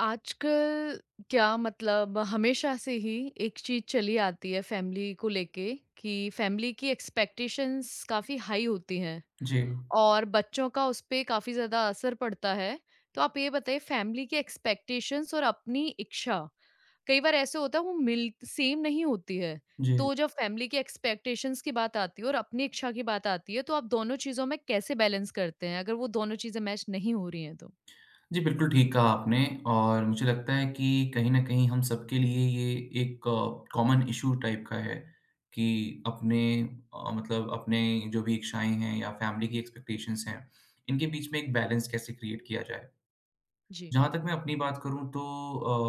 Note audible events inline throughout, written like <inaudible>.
आजकल क्या मतलब हमेशा से ही एक चीज़ चली आती है फैमिली को लेके कि फैमिली की एक्सपेक्टेशंस काफ़ी हाई होती हैं जी, और बच्चों का उस पे काफ़ी ज़्यादा असर पड़ता है। तो आप ये बताइए फैमिली की एक्सपेक्टेशंस और अपनी इच्छा, कई बार ऐसे होता है वो मिल सेम नहीं होती है। जी। तो जब फैमिली की एक्सपेक्टेशंस की बात आती है और अपनी इच्छा की बात आती है तो आप दोनों चीज़ों में कैसे बैलेंस करते हैं? अगर वो दोनों चीज़ें मैच नहीं हो रही हैं तो? जी, बिल्कुल ठीक कहा आपने। और मुझे लगता है कि कहीं न कहीं हम सबके लिए ये एक कॉमन इश्यू टाइप का है कि अपने अ, मतलब अपने जो भी इच्छाएँ हैं या फैमिली की एक्सपेक्टेशंस हैं, इनके बीच में एक बैलेंस कैसे क्रिएट किया जाए। जी। जहाँ तक मैं अपनी बात करूँ तो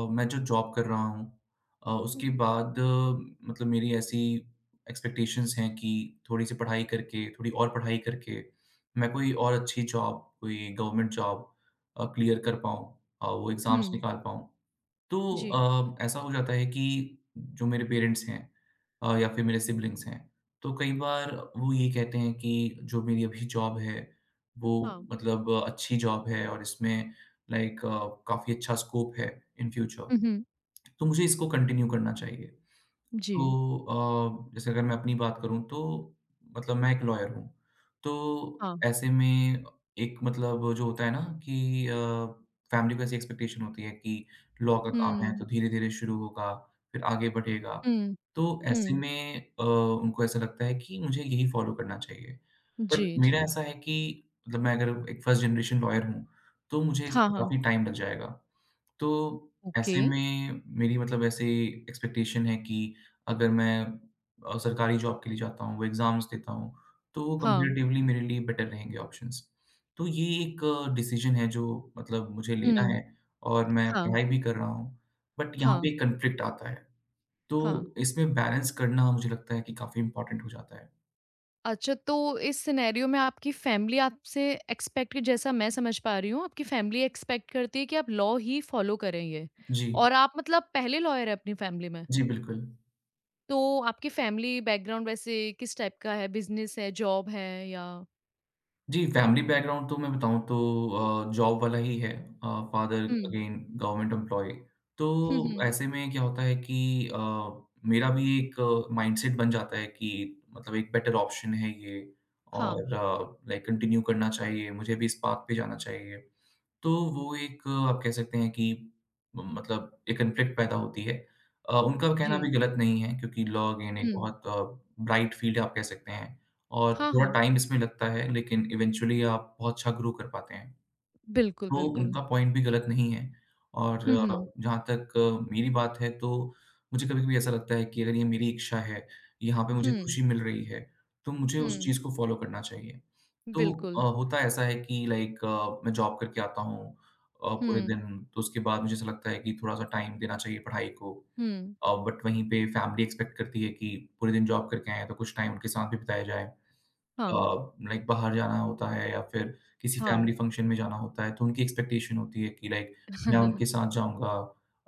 मैं जो जॉब कर रहा हूँ, हुँ, उसके हुँ। बाद मेरी ऐसी एक्सपेक्टेशंस हैं कि थोड़ी-सी पढ़ाई करके, थोड़ी और पढ़ाई करके, मैं कोई और अच्छी जॉब, कोई गवर्नमेंट जॉब क्लियर कर पाऊँ, वो एग्ज़ाम्स हुँ, निकाल पाऊँ। तो जी। ऐसा हो जाता है कि जो मेरे पेरेंट्स हैं या फिर मेरे सिब्लिंग्स हैं, तो कई बार वो ये कहते हैं कि जो मेरी अभी जॉब है, वो हाँ, मतलब अच्छी जॉब है और इसमें लाइक काफ़ी अच्छा स्कोप है इन फ्यूचर, हुँ, हुँ। तो मुझे इसको कंटिन्यू करना चाहिए। जी, तो जैसे अगर मैं अपनी बात करूँ तो मतलब मैं एक लॉयर हूँ। तो हाँ। ऐसे में एक मतलब जो होता है ना कि फैमिली को ऐसी एक्सपेक्टेशन होती है कि लॉ का काम है तो हुँ, धीरे-धीरे शुरू होगा, फिर आगे बढ़ेगा। हुँ, तो ऐसे हुँ। में उनको ऐसा लगता है कि मुझे यही फॉलो करना चाहिए। बट जी, मेरा जी। ऐसा है कि मतलब मैं अगर एक फर्स्ट जनरेशन लॉयर हूँ, तो मुझे हाँ, इसमें हाँ। काफ़ी टाइम लग जाएगा। तो ओके। ऐसे में मेरी मतलब ऐसे एक्सपेक्टेशन है कि अगर मैं सरकारी जॉब के लिए जाता हूँ, वो एग्ज़ाम्स देता हूँ, तो वो हाँ, कंपैरेटिवली मेरे लिए बेटर रहेंगे ऑप्शंस। तो ये एक डिसीज़न है जो मतलब मुझे लेना हुँ, है और मैं हाँ, पढ़ाई भी कर रहा हूँ, बट यहाँ हाँ, पे कॉन्फ्लिक्ट आता है। तो हाँ। इसमें बैलेंस करना मुझे लगता है कि काफ़ी इम्पोर्टेंट हो जाता है। अच्छा तो इस सिनेरियो में आपकी फैमिली आपसे एक्सपेक्ट जैसा मैं समझ पा रही हूँ, आपकी फैमिली एक्सपेक्ट करती है कि आप लॉ ही फॉलो करें ये जी। और आप मतलब पहले लॉयर हैं अपनी फैमिली में। जी, बिल्कुल। तो आपकी फैमिली बैकग्राउंड वैसे किस टाइप का है? बिज़नेस है, जॉब है या जी, फैमिली बैकग्राउंड तो मैं बताऊँ तो जॉब वाला ही है, फादर हुँ, अगेन गवर्नमेंट एम्प्लॉयी। तो हुँ, हुँ। ऐसे में क्या होता है कि मेरा भी एक माइंडसेट बन जाता है कि मतलब एक बेटर ऑप्शन है ये हाँ, और लाइक कंटिन्यू करना चाहिए, मुझे भी इस पाथ पे जाना चाहिए। तो वो एक आप कह सकते हैं कि मतलब एक कॉन्फ्लिक्ट पैदा होती है। उनका कहना भी जी। गलत नहीं है क्योंकि लॉ अगेन एक हुँ। बहुत ब्राइट फ़ील्ड आप कह सकते हैं और हाँ, थोड़ा हाँ। टाइम इसमें लगता है लेकिन इवेंचुअली आप बहुत अच्छा ग्रो कर पाते हैं। बिल्कुल, तो बिल्कुल। उनका पॉइंट भी गलत नहीं है और हुँ, हुँ। जहाँ तक मेरी बात है तो मुझे कभी-कभी ऐसा लगता है कि अगर ये मेरी इच्छा है, यहाँ पे मुझे हुँ, खुशी मिल रही है, तो मुझे उस हुँ, चीज़ को फ़ॉलो करना चाहिए। तो बिल्कुल। होता ऐसा है कि लाइक मैं जॉब करके आता हूँ पूरे हुँ, दिन, तो उसके बाद मुझे ऐसा लगता है कि थोड़ा-सा टाइम देना चाहिए पढ़ाई को, हुँ, बट वहीं पे फैमिली एक्सपेक्ट करती है कि पूरे दिन जॉब करके आए हैं, तो कुछ टाइम उनके साथ भी बिताया जाए। अ, हाँ, लाइक बाहर जाना होता है या फिर किसी हाँ। फैमिली फंक्शन में जाना होता है, तो उनकी एक्सपेक्टेशन होती है कि लाइक मैं उनके <laughs> साथ जाऊँगा,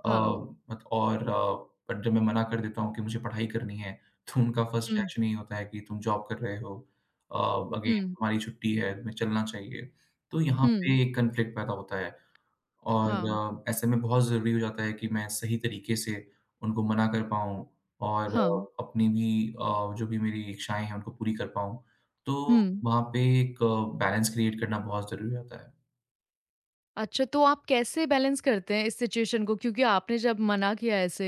अ, हाँ, मत और अ, बट जब मैं मना कर देता हूँ कि मुझे पढ़ाई करनी है, तो उनका फर्स्ट हुँ, रिएक्शन यही होता है कि तुम जॉब कर रहे हो, अ, अगेन हुँ, तुम्हारी छुट्टी है, तुम्हें चलना चाहिए। तो यहाँ हुँ, पे एक कॉन्फ्लिक्ट पैदा होता है। और हाँ, ऐसे में बहुत ज़रूरी हो जाता है कि मैं सही तरीके से उनको मना कर पाऊँ और हाँ, अपनी भी जो भी मेरी इच्छाएँ हैं, उनको पूरी कर पाऊँ। तो हुँ। वहाँ पे एक बैलेंस क्रिएट करना बहुत ज़रूरी होता है। अच्छा, तो आप कैसे बैलेंस करते हैं इस सिचुएशन को? क्योंकि आपने जब मना किया ऐसे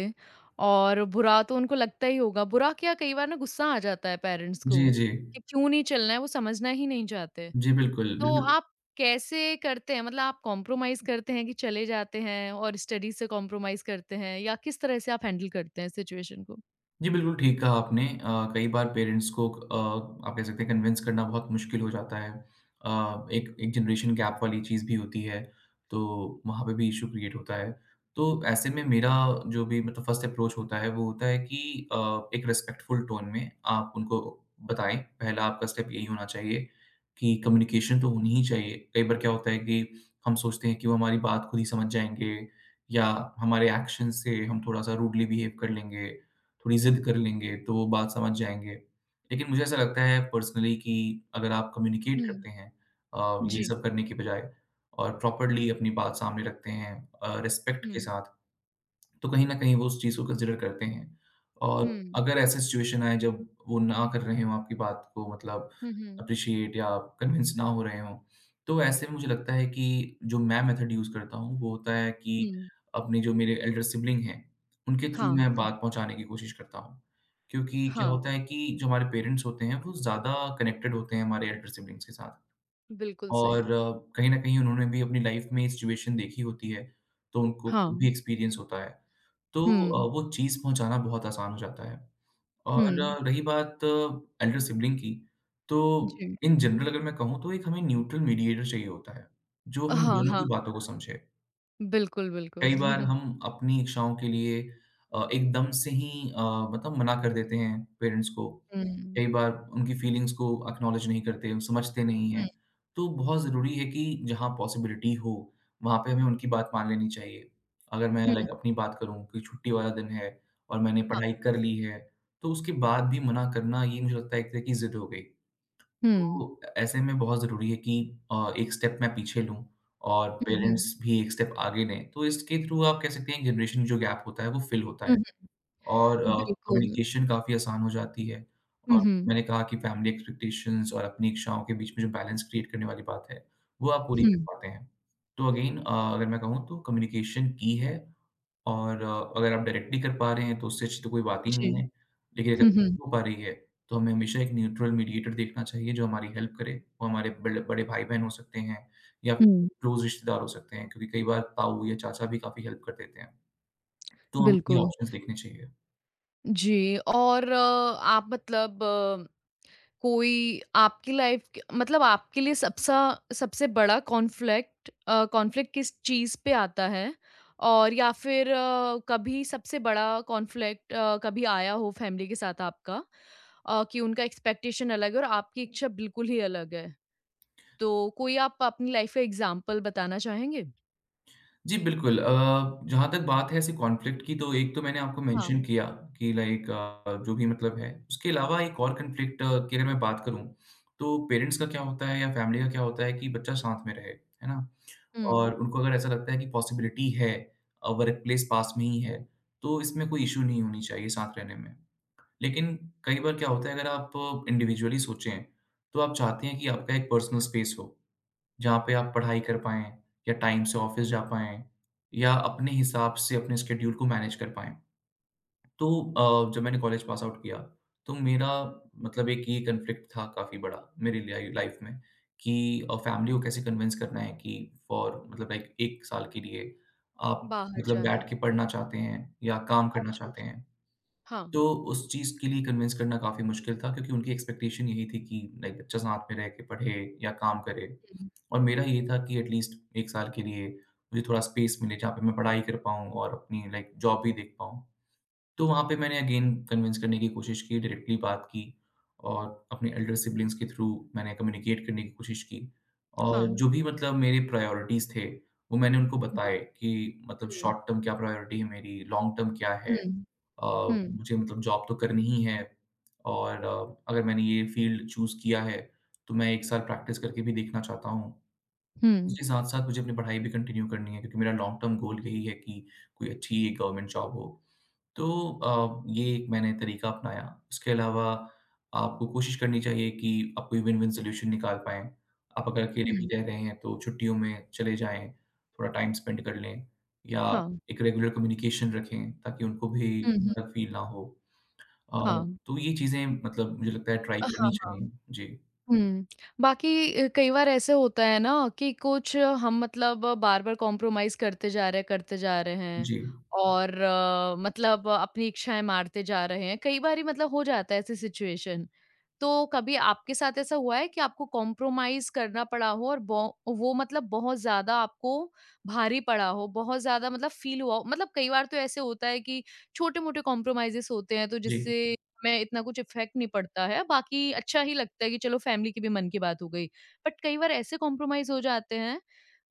और बुरा तो उनको लगता ही होगा। बुरा क्या, कई बार ना गुस्सा आ जाता है पेरेंट्स को जी, जी। कि क्यों नहीं चलना है, वो समझना ही नहीं चाहते। जी, बिल्कुल। तो बिल्कुल। आप कैसे करते हैं? मतलब आप कॉम्प्रोमाइज़ करते हैं कि चले जाते हैं और स्टडी से कॉम्प्रोमाइज़ करते हैं या किस तरह से आप हैंडल करते हैं सिचुएशन को? जी, बिल्कुल ठीक कहा आपने। कई बार पेरेंट्स को आप कह सकते हैं कन्विंस करना बहुत मुश्किल हो जाता है। एक एक जनरेशन गैप वाली चीज़ भी होती है, तो वहाँ पे भी इश्यू क्रिएट होता है। तो ऐसे में मेरा जो भी मतलब फर्स्ट अप्रोच होता है, वो होता है कि एक रिस्पेक्टफुल टोन में आप उनको बताएँ। पहला आपका स्टेप यही होना चाहिए कि कम्युनिकेशन तो होनी ही चाहिए। कई बार क्या होता है कि हम सोचते हैं कि वो हमारी बात खुद ही समझ जाएँगे या हमारे एक्शन से हम थोड़ा-सा रूडली बिहेव कर लेंगे। थोड़ी ज़िद कर लेंगे तो वो बात समझ जाएँगे। लेकिन मुझे ऐसा लगता है पर्सनली कि अगर आप कम्युनिकेट हुँ, करते हैं ये जी। सब करने के बजाय और प्रॉपर्ली अपनी बात सामने रखते हैं रिस्पेक्ट के हुँ, साथ, तो कहीं न कहीं वो उस चीज़ को कंसिडर करते हैं। और हुँ, अगर ऐसा सिचुएशन आए जब वो ना कर रहे हों आपकी बात को मतलब हुँ, हुँ, एप्रिशिएट या कन्विंस ना हो रहे हों, तो ऐसे में मुझे लगता है कि जो मैं मेथड यूज़ करता हूँ वो होता है कि हुँ। अपने जो मेरे एल्डर सिबलिंग हैं, उनके थ्रू हाँ, मैं बात पहुँचाने की कोशिश करता हूँ। क्योंकि क्या हाँ, होता है कि जो हमारे पेरेंट्स होते हैं वो ज़्यादा कनेक्टेड होते हैं हमारे एल्डर सिबलिंग्स के साथ। बिल्कुल सही। और कहीं न कहीं उन्होंने भी अपनी लाइफ़ में ये सिचुएशन देखी होती है, तो उनको खुद भी हाँ, एक्सपीरियंस होता है। तो हुँ, वो चीज़ पहुँचाना बहुत आसान हो जाता है। और हुँ, रही बात एल्डर सिबलिंग की, तो जी। इन जनरल अगर मैं कहूँ तो एक हमें न्यूट्रल मीडिएटर चाहिए होता है, जो हम हाँ, दोनों की हाँ, बातों को समझे। बिल्कुल, बिल्कुल। कई बार <laughs> हम अपनी इच्छाओं के लिए एकदम से ही अ, मना कर देते हैं पेरेंट्स को। हुँ, हुँ, कई बार उनकी फीलिंग्स को एक्नॉलेज नहीं करते, समझते नहीं हैं। तो बहुत ज़रूरी है कि जहाँ पॉसिबिलिटी हो, वहाँ पे हमें उनकी बात मान लेनी चाहिए। अगर मैं हुँ, लाइक अपनी बात करूँ कि छुट्टी वाला दिन है और मैंने हाँ, पढ़ाई कर ली है, तो उसके बाद भी मना करना ये मुझे लगता है एक तरह की ज़िद हो गई। हुँ, तो ऐसे में बहुत ज़रूरी है कि एक स्टेप मैं पीछे लूँ और हुँ, हुँ, पेरेंट्स भी एक स्टेप आगे लें। तो इसके थ्रू आप कह सकते हैं जनरेशन जो गैप होता है वो फ़िल होता है हुँ, और बिल्कुल। कम्युनिकेशन काफ़ी आसान हो जाती है, हुँ, और हुँ, मैंने कहा कि फैमिली एक्सपेक्टेशंस और अपनी इच्छाओं के बीच में जो बैलेंस क्रिएट करने वाली बात है, वो आप पूरी हुँ, कर पाते हैं। तो अगेन अगर मैं कहूँ तो कम्युनिकेशन की है, और अगर आप डायरेक्टली कर पा रहे हैं तो उससे अच्छी तो कोई बात ही जी। नहीं है, लेकिन अगर हुँ, हुँ, नहीं हो पा रही है, तो हमें हमेशा एक न्यूट्रल मीडिएटर देखना चाहिए जो हमारी हेल्प करे। वो हमारे बड़े बड़े भाई-बहन हो सकते हैं या फिर हुँ, क्लोज़ रिश्तेदार हो सकते हैं क्योंकि कई बार ताऊ या चाचा भी काफ़ी हेल्प कर देते हैं। तो हमें ये बिल्कुल। ऑप्शंस देखने चाहिए। जी और आप मतलब कोई आपकी लाइफ के मतलब आपके लिए सबसा सबसे बड़ा कॉन्फ्लिक्ट कॉन्फ्लिक्ट किस चीज़ पे आता है? और या फिर कभी सबसे बड़ा कॉन्फ्लिक्ट कभी आया हो फैमिली के साथ आपका कि उनका एक्सपेक्टेशन अलग है और आपकी इच्छा बिल्कुल ही अलग है? तो कोई आप अपनी लाइफ का एग्ज़ाम्पल बताना चाहेंगे? जी, बिल्कुल। जहाँ तक बात है ऐसे कॉन्फ्लिक्ट की, तो एक तो मैंने आपको मेंशन हाँ। किया कि लाइक जो भी मतलब है। उसके अलावा एक और कॉन्फ्लिक्ट की अगर मैं बात करूँ, तो पेरेंट्स का क्या होता है या फैमिली का क्या होता है कि बच्चा साथ में रहे, है ना? हुँ, और उनको अगर ऐसा लगता है कि पॉसिबिलिटी है, वर्क प्लेस पास में ही है, तो इसमें कोई इश्यू नहीं होनी चाहिए साथ रहने में। लेकिन कई बार क्या होता है अगर आप इंडिविजुअली सोचें, तो आप चाहते हैं कि आपका एक पर्सनल स्पेस हो, जहाँ पे आप पढ़ाई कर पाएँ या टाइम से ऑफ़िस जा पाएँ या अपने हिसाब से अपने स्केड्यूल को मैनेज कर पाएँ। तो जब मैंने कॉलेज पास आउट किया, तो मेरा मतलब एक ये कॉन्फ्लिक्ट था काफ़ी बड़ा मेरे लिए लाइफ में कि फैमिली को कैसे कन्विंस करना है कि फ़ॉर मतलब लाइक 1 साल के लिए आप बाहर जाना। बैठ के पढ़ना चाहते हैं या काम करना अच्छा, चाहते अच्छा। हैं। हाँ। तो उस चीज़ के लिए कन्विंस करना काफ़ी मुश्किल था क्योंकि उनकी एक्सपेक्टेशन यही थी कि लाइक बच्चा साथ में रह के पढ़े या काम करे, हुँ, और मेरा ये था कि एटलीस्ट 1 साल के लिए मुझे थोड़ा स्पेस मिले जहाँ पे मैं पढ़ाई कर पाऊँ और अपनी लाइक जॉब भी देख पाऊँ। तो वहाँ पे मैंने अगेन कन्विंस करने की कोशिश की, डायरेक्टली बात की और अपने एल्डर सिब्लिंग्स के थ्रू मैंने कम्युनिकेट करने की कोशिश की, और हाँ। जो भी मतलब मेरे प्रायोरिटीज़ थे, वो मैंने उनको हुँ, बताए कि मतलब हुँ, शॉर्ट टर्म क्या प्रायोरिटी है मेरी, लॉन्ग टर्म क्या है। हुँ। 嗯，मुझे मतलब जॉब तो करनी ही है, और अगर मैंने ये फ़ील्ड चूज़ किया है, तो मैं 1 साल प्रैक्टिस करके भी देखना चाहता हूँ। 嗯，嗯。उसके साथ-साथ मुझे अपनी पढ़ाई भी कंटिन्यू करनी है क्योंकि मेरा लॉन्ग टर्म गोल यही है कि कोई अच्छी गवर्नमेंट जॉब हो। तो ये एक मैंने तरीका अपनाया। उसके अलावा आपको कोशिश करनी चाहिए कि आप कोई विन-विन सॉल्यूशन निकाल पाएँ। आप अगर अकेले भी 嗯，रह रहे हैं तो छुट्टियों में चले जाएँ, थोड़ा टाइम स्पेंड कर लें या 好，嗯 एक रेगुलर कम्युनिकेशन रखें ताकि उनको भी 嗯嗯 अलग फील ना हो। अ, 好，<laughs> तो ये चीज़ें मतलब मुझे लगता है ट्राई 啊，करनी 好好。चाहिए। जी। हुँ। बाकी कई बार ऐसे होता है ना कि कुछ हम मतलब बार-बार कॉम्प्रोमाइज़ करते जा रहे हैं, करते जा रहे हैं जी। और मतलब अपनी इच्छाएँ मारते जा रहे हैं। कई बारी मतलब हो जाता है ऐसी सिचुएशन। तो कभी आपके साथ ऐसा हुआ है कि आपको कॉम्प्रोमाइज़ करना पड़ा हो और बो वो मतलब बहुत ज़्यादा आपको भारी पड़ा हो, बहुत ज़्यादा मतलब फ़ील हुआ हो? मतलब कई बार तो ऐसे होता है कि छोटे-मोटे कॉम्प्रोमाइज़ेज़ होते हैं तो जी। जिससे में इतना कुछ इफ़ेक्ट नहीं पड़ता है, बाकी अच्छा ही लगता है कि चलो फैमिली की भी मन की बात हो गई। बट कई बार ऐसे कॉम्प्रोमाइज़ हो जाते हैं,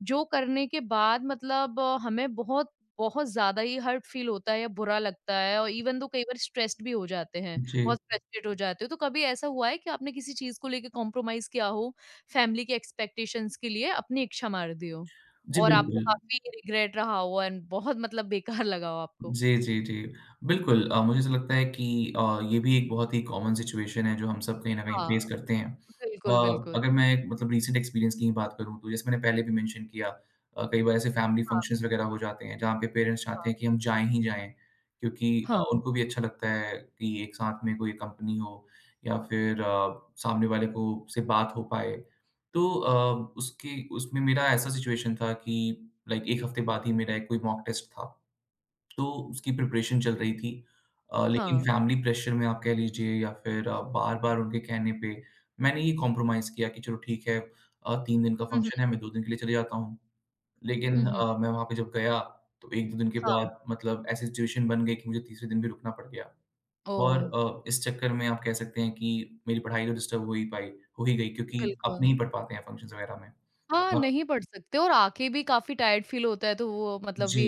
जो करने के बाद मतलब हमें बहुत बहुत ज़्यादा ही हर्ट फ़ील होता है या बुरा लगता है और इवन दो कई बार स्ट्रेस्ड भी हो जाते हैं, जी। बहुत फ्रस्ट्रेट हो जाते हो। तो कभी ऐसा हुआ है कि आपने किसी चीज़ को लेके कॉम्प्रोमाइज़ किया हो, फैमिली के एक्सपेक्टेशंस के लिए अपनी इच्छा मार दी हो? जी, और आपको बिल्कुल। काफ़ी रिग्रेट रहा हो एंड बहुत मतलब बेकार <laughs> लगा हो आपको? जी, जी, जी। बिल्कुल मुझे ऐसा लगता है कि ये भी एक बहुत ही कॉमन सिचुएशन है जो हम सब कहीं न कहीं हाँ, फेस करते हैं। बिल्कुल, अ, बिल्कुल। अगर मैं मतलब रीसेंट एक्सपीरियंस की ही बात करूँ तो जैसे मैंने पहले भी मेंशन किया। कई बार ऐसे फैमिली हाँ, फंक्शंस वगैरह हो जाते हैं जहाँ पे पेरेंट्स हाँ। चाहते हैं कि हम जाएँ ही जाएँ, क्योंकि हाँ। उनको भी अच्छा लगता है कि एक साथ में कोई कंपनी हो या फिर सामने वाले को से बात हो पाए। तो उसके उसमें मेरा ऐसा सिचुएशन था कि लाइक 1 हफ्ते बाद ही मेरा एक कोई मॉक टेस्ट था। तो उसकी प्रिपरेशन चल रही थी। लेकिन हाँ। फैमिली प्रेशर में आप कह लीजिए या फिर बार-बार उनके कहने पे मैंने ये कॉम्प्रोमाइज़ किया कि चलो ठीक है, 3 दिन का हुँ, हुँ। फंक्शन है, मैं 2 दिन के लिए चले जाता हूँ। हुँ, लेकिन हुँ। मैं वहाँ पे जब गया तो 1-2 दिन के हाँ। बाद मतलब ऐसी सिचुएशन बन गई कि मुझे तीसरे दिन भी रुकना पड़ गया। और ओह! इस चक्कर में आप कह सकते हैं कि मेरी पढ़ाई तो डिस्टर्ब हो ही गई, क्योंकि आप बिल्कुल। नहीं पढ़ पाते हैं फंक्शंस वगैरह में। हाँ, अ, नहीं पढ़ सकते और आके भी काफ़ी टायर्ड फ़ील होता है तो वो मतलब जी। We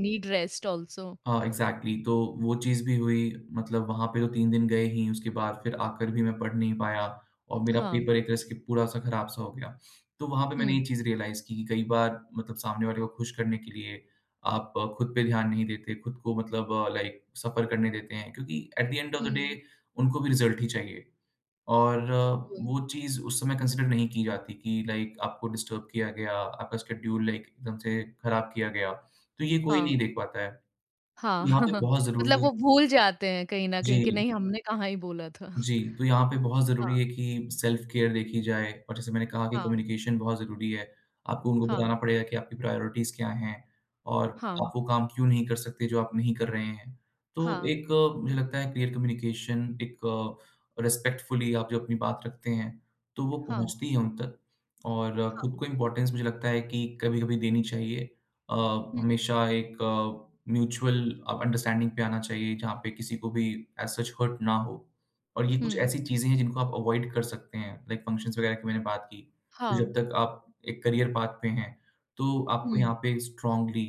need rest also. हाँ, एग्ज़ैक्टली। तो वो चीज़ भी हुई, मतलब वहाँ पे तो 3 दिन गए ही, उसके बाद फिर आकर भी मैं पढ़ नहीं पाया और मेरा हाँ। पेपर एक तरह से पूरा-सा खराब-सा हो गया। तो वहाँ पे मैंने हुँ। ये चीज़ रियलाइज़ की कि कई बार मतलब सामने वाले को खुश करने के लिए आप खुद पे ध्यान नहीं देते, खुद को मतलब लाइक सफ़र करने देते हैं, क्योंकि at the end of the day हुँ, उनको भी रिज़ल्ट ही चाहिए और बिल्कुल। वो चीज़ उस समय कंसिडर नहीं की जाती कि लाइक आपको डिस्टर्ब किया गया, आपका शेड्यूल लाइक एकदम से खराब किया गया। तो ये कोई हाँ, नहीं देख पाता है। हाँ। यहाँ पे <laughs> बहुत मतलब ज़रूरी है। वो भूल जाते हैं कहीं न जी। कहीं कि नहीं हमने कहाँ ही बोला था। जी, तो यहाँ पे बहुत हाँ, ज़रूरी है कि सेल्फ केयर देखी जाए और जैसे मैंने कहा कि हाँ, कम्युनिकेशन बहुत ज़रूरी है। आपको उनको हाँ, बताना पड़ेगा कि आपकी प्रायोरिटीज़ क्या हैं और हाँ, आप वो काम क्यों नहीं कर सकते जो आप नहीं कर रहे हैं। तो हाँ, एक मुझे लगता है क्लियर कम्युनिकेशन, एक रिस्पेक्टफुली आप जो अपनी बात रखते हैं, तो वो हाँ, पहुँचती है उन तक और खुद हाँ। को इम्पोर्टेंस मुझे लगता है कि कभी-कभी देनी चाहिए। अ, हुँ, हमेशा एक म्यूचुअल अंडरस्टैंडिंग पे आना चाहिए जहाँ पे किसी को भी एज़ सच हर्ट ना हो। और ये हुँ। कुछ ऐसी चीज़ें हैं जिनको आप अवॉइड कर सकते हैं, लाइक फंक्शंस वगैरह की मैंने बात की। तो हाँ, जब तक आप एक करियर पाथ पे हैं, तो आपको हुँ, यहाँ पे स्ट्रॉन्गली,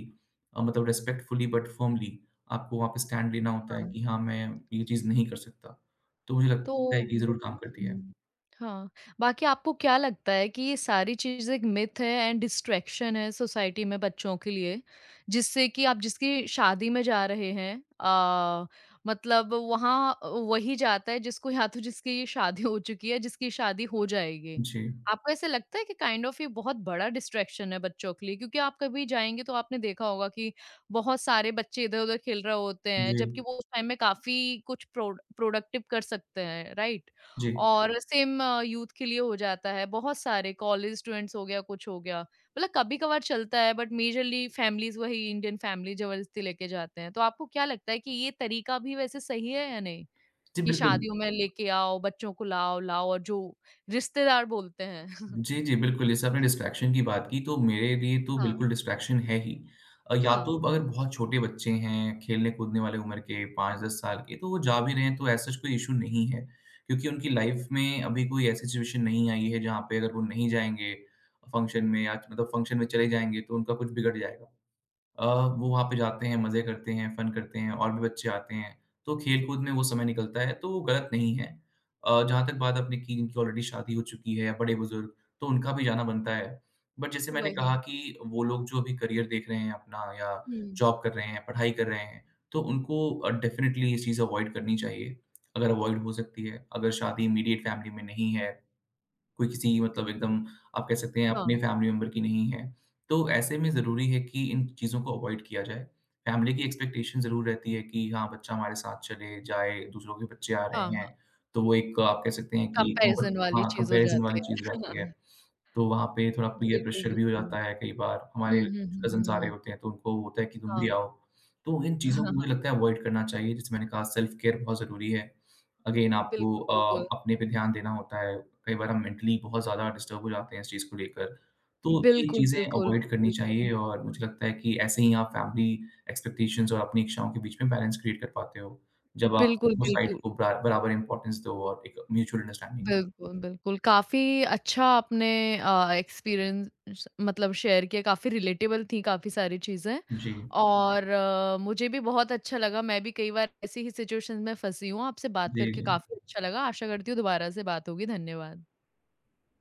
मतलब रिस्पेक्टफुली बट फर्मली आपको वहाँ पे स्टैंड लेना होता है हाँ। कि हाँ, मैं ये चीज़ नहीं कर सकता। तो मुझे तो लगता है कि उम, ज़रूर काम करती है। हुँ। हाँ, बाकी आपको क्या लगता है कि ये सारी चीज़ एक मिथ है एंड डिस्ट्रैक्शन है सोसाइटी में बच्चों के लिए, जिससे कि आप जिसकी शादी में जा रहे हैं अ, मतलब वहाँ वही जाता है जिसको या तो जिसकी शादी हो चुकी है, जिसकी शादी हो जाएगी। जी, आपको ऐसा लगता है कि काइंड ऑफ ये बहुत बड़ा डिस्ट्रैक्शन है बच्चों के लिए? क्योंकि आप कभी जाएँगे तो आपने देखा होगा कि बहुत सारे बच्चे इधर-उधर खेल रहे होते हैं, जबकि जी, वो उस टाइम में काफ़ी कुछ प्रोडक्टिव कर सकते हैं, राइट? जी। और सेम यूथ के लिए हो जाता है, बहुत सारे कॉलेज स्टूडेंट्स हो गया, कुछ हो गया। मतलब कभी-कभार चलता है बट मेजरली फैमिलीज़ वही इंडियन फैमिली ज़बरदस्ती लेके जाते हैं। तो आपको क्या लगता है कि ये तरीका भी वैसे सही है या नहीं? जी, कि बिल्कुल। शादियों में लेके आओ, बच्चों को लाओ लाओ और जो रिश्तेदार बोलते हैं। <laughs> जी, जी, बिल्कुल, जैसे आपने डिस्ट्रैक्शन की बात की, तो मेरे लिए तो हाँ, बिल्कुल डिस्ट्रैक्शन है ही। या हाँ, तो अगर बहुत छोटे बच्चे हैं, खेलने-कूदने वाले उम्र के 5-10 साल के, तो वो जा भी रहे हैं, तो ऐसा कोई इश्यू नहीं है, क्योंकि उनकी लाइफ़ में अभी कोई ऐसी सिचुएशन नहीं आई है, जहाँ पे अगर वो नहीं जाएँगे फंक्शन में या मतलब फंक्शन में चले जाएँगे, तो उनका कुछ बिगड़ जाएगा। अ, वो वहाँ पे जाते हैं, मज़े करते हैं, फ़न करते हैं और भी बच्चे आते हैं, तो खेल-कूद में वो समय निकलता है, तो वो गलत नहीं है। जहाँ तक बात आपने की जिनकी ऑलरेडी शादी हो चुकी है, बड़े-बुज़ुर्ग, तो उनका भी जाना बनता है। बट जैसे मैंने वही। कहा कि वो लोग जो अभी करियर देख रहे हैं अपना या हुँ, जॉब कर रहे हैं, पढ़ाई कर रहे हैं, तो उनको डेफ़िनिटली ये चीज़ अवॉइड करनी चाहिए, अगर अवॉइड हो सकती है। अगर शादी इमीडिएट फ़ैमिली में नहीं है, कोई किसी मतलब एकदम आप कह सकते हैं हाँ, अपने फैमिली मेंबर की नहीं है। तो ऐसे में ज़रूरी है कि इन चीज़ों को अवॉइड किया जाए। फैमिली की एक्सपेक्टेशन ज़रूर रहती है कि हाँ, बच्चा हमारे साथ चले, जाए, दूसरों के बच्चे आ रहे हाँ। हैं, तो वो एक आप कह सकते हैं कि एक, कंपैरिज़न वाली हाँ, चीज़ हो कंपैरिज़न जाती वाली है। चीज़ हो जाती है। <laughs> तो वहाँ पे थोड़ा पीयर बिल्कुल, प्रेशर भी हो बिल्कुल। जाता है कई बार, हमारे हुँ, हुँ, कुछ हुँ, कज़िन्स आ रहे हुँ। होते हैं तो उनको होता है कि तुम भी हाँ, आओ। तो इन <laughs> हाँ, चीज़ों को मुझे हाँ। लगता है अवॉइड करना चाहिए, जैसे मैंने कहा सेल्फ केयर बहुत ज़रूरी है। अगेन आपको बिल्कुल, बिल्कुल। अ, अपने पे ध्यान देना होता है, कई बार हम मेंटली बहुत ज़्यादा डिस्टर्ब हो जाते हैं इस चीज़ को लेकर। तो ये बिल्कुल, चीज़ें बिल्कुल, अवॉइड करनी बिल्कुल। चाहिए और मुझे लगता है कि ऐसे ही आप फैमिली एक्सपेक्टेशंस और अपनी इच्छाओं के बीच में बैलेंस क्रिएट कर पाते हो, जब आप बिल्कुल, दोनों साइड बिल्कुल। को बराबर इम्पोर्टेंस दो और एक म्यूचुअल अंडरस्टैंडिंग। बिल्कुल, बिल्कुल। काफ़ी अच्छा आपने एक्सपीरियंस मतलब शेयर किया, काफ़ी रिलेटेबल थी काफ़ी सारी चीज़ें जी। और मुझे भी बहुत अच्छा लगा। मैं भी कई बार ऐसी ही सिचुएशंस में फँसी हूँ। आपसे बात जी, करके काफ़ी जी। अच्छा लगा। आशा करती हूँ दोबारा से बात होगी। धन्यवाद।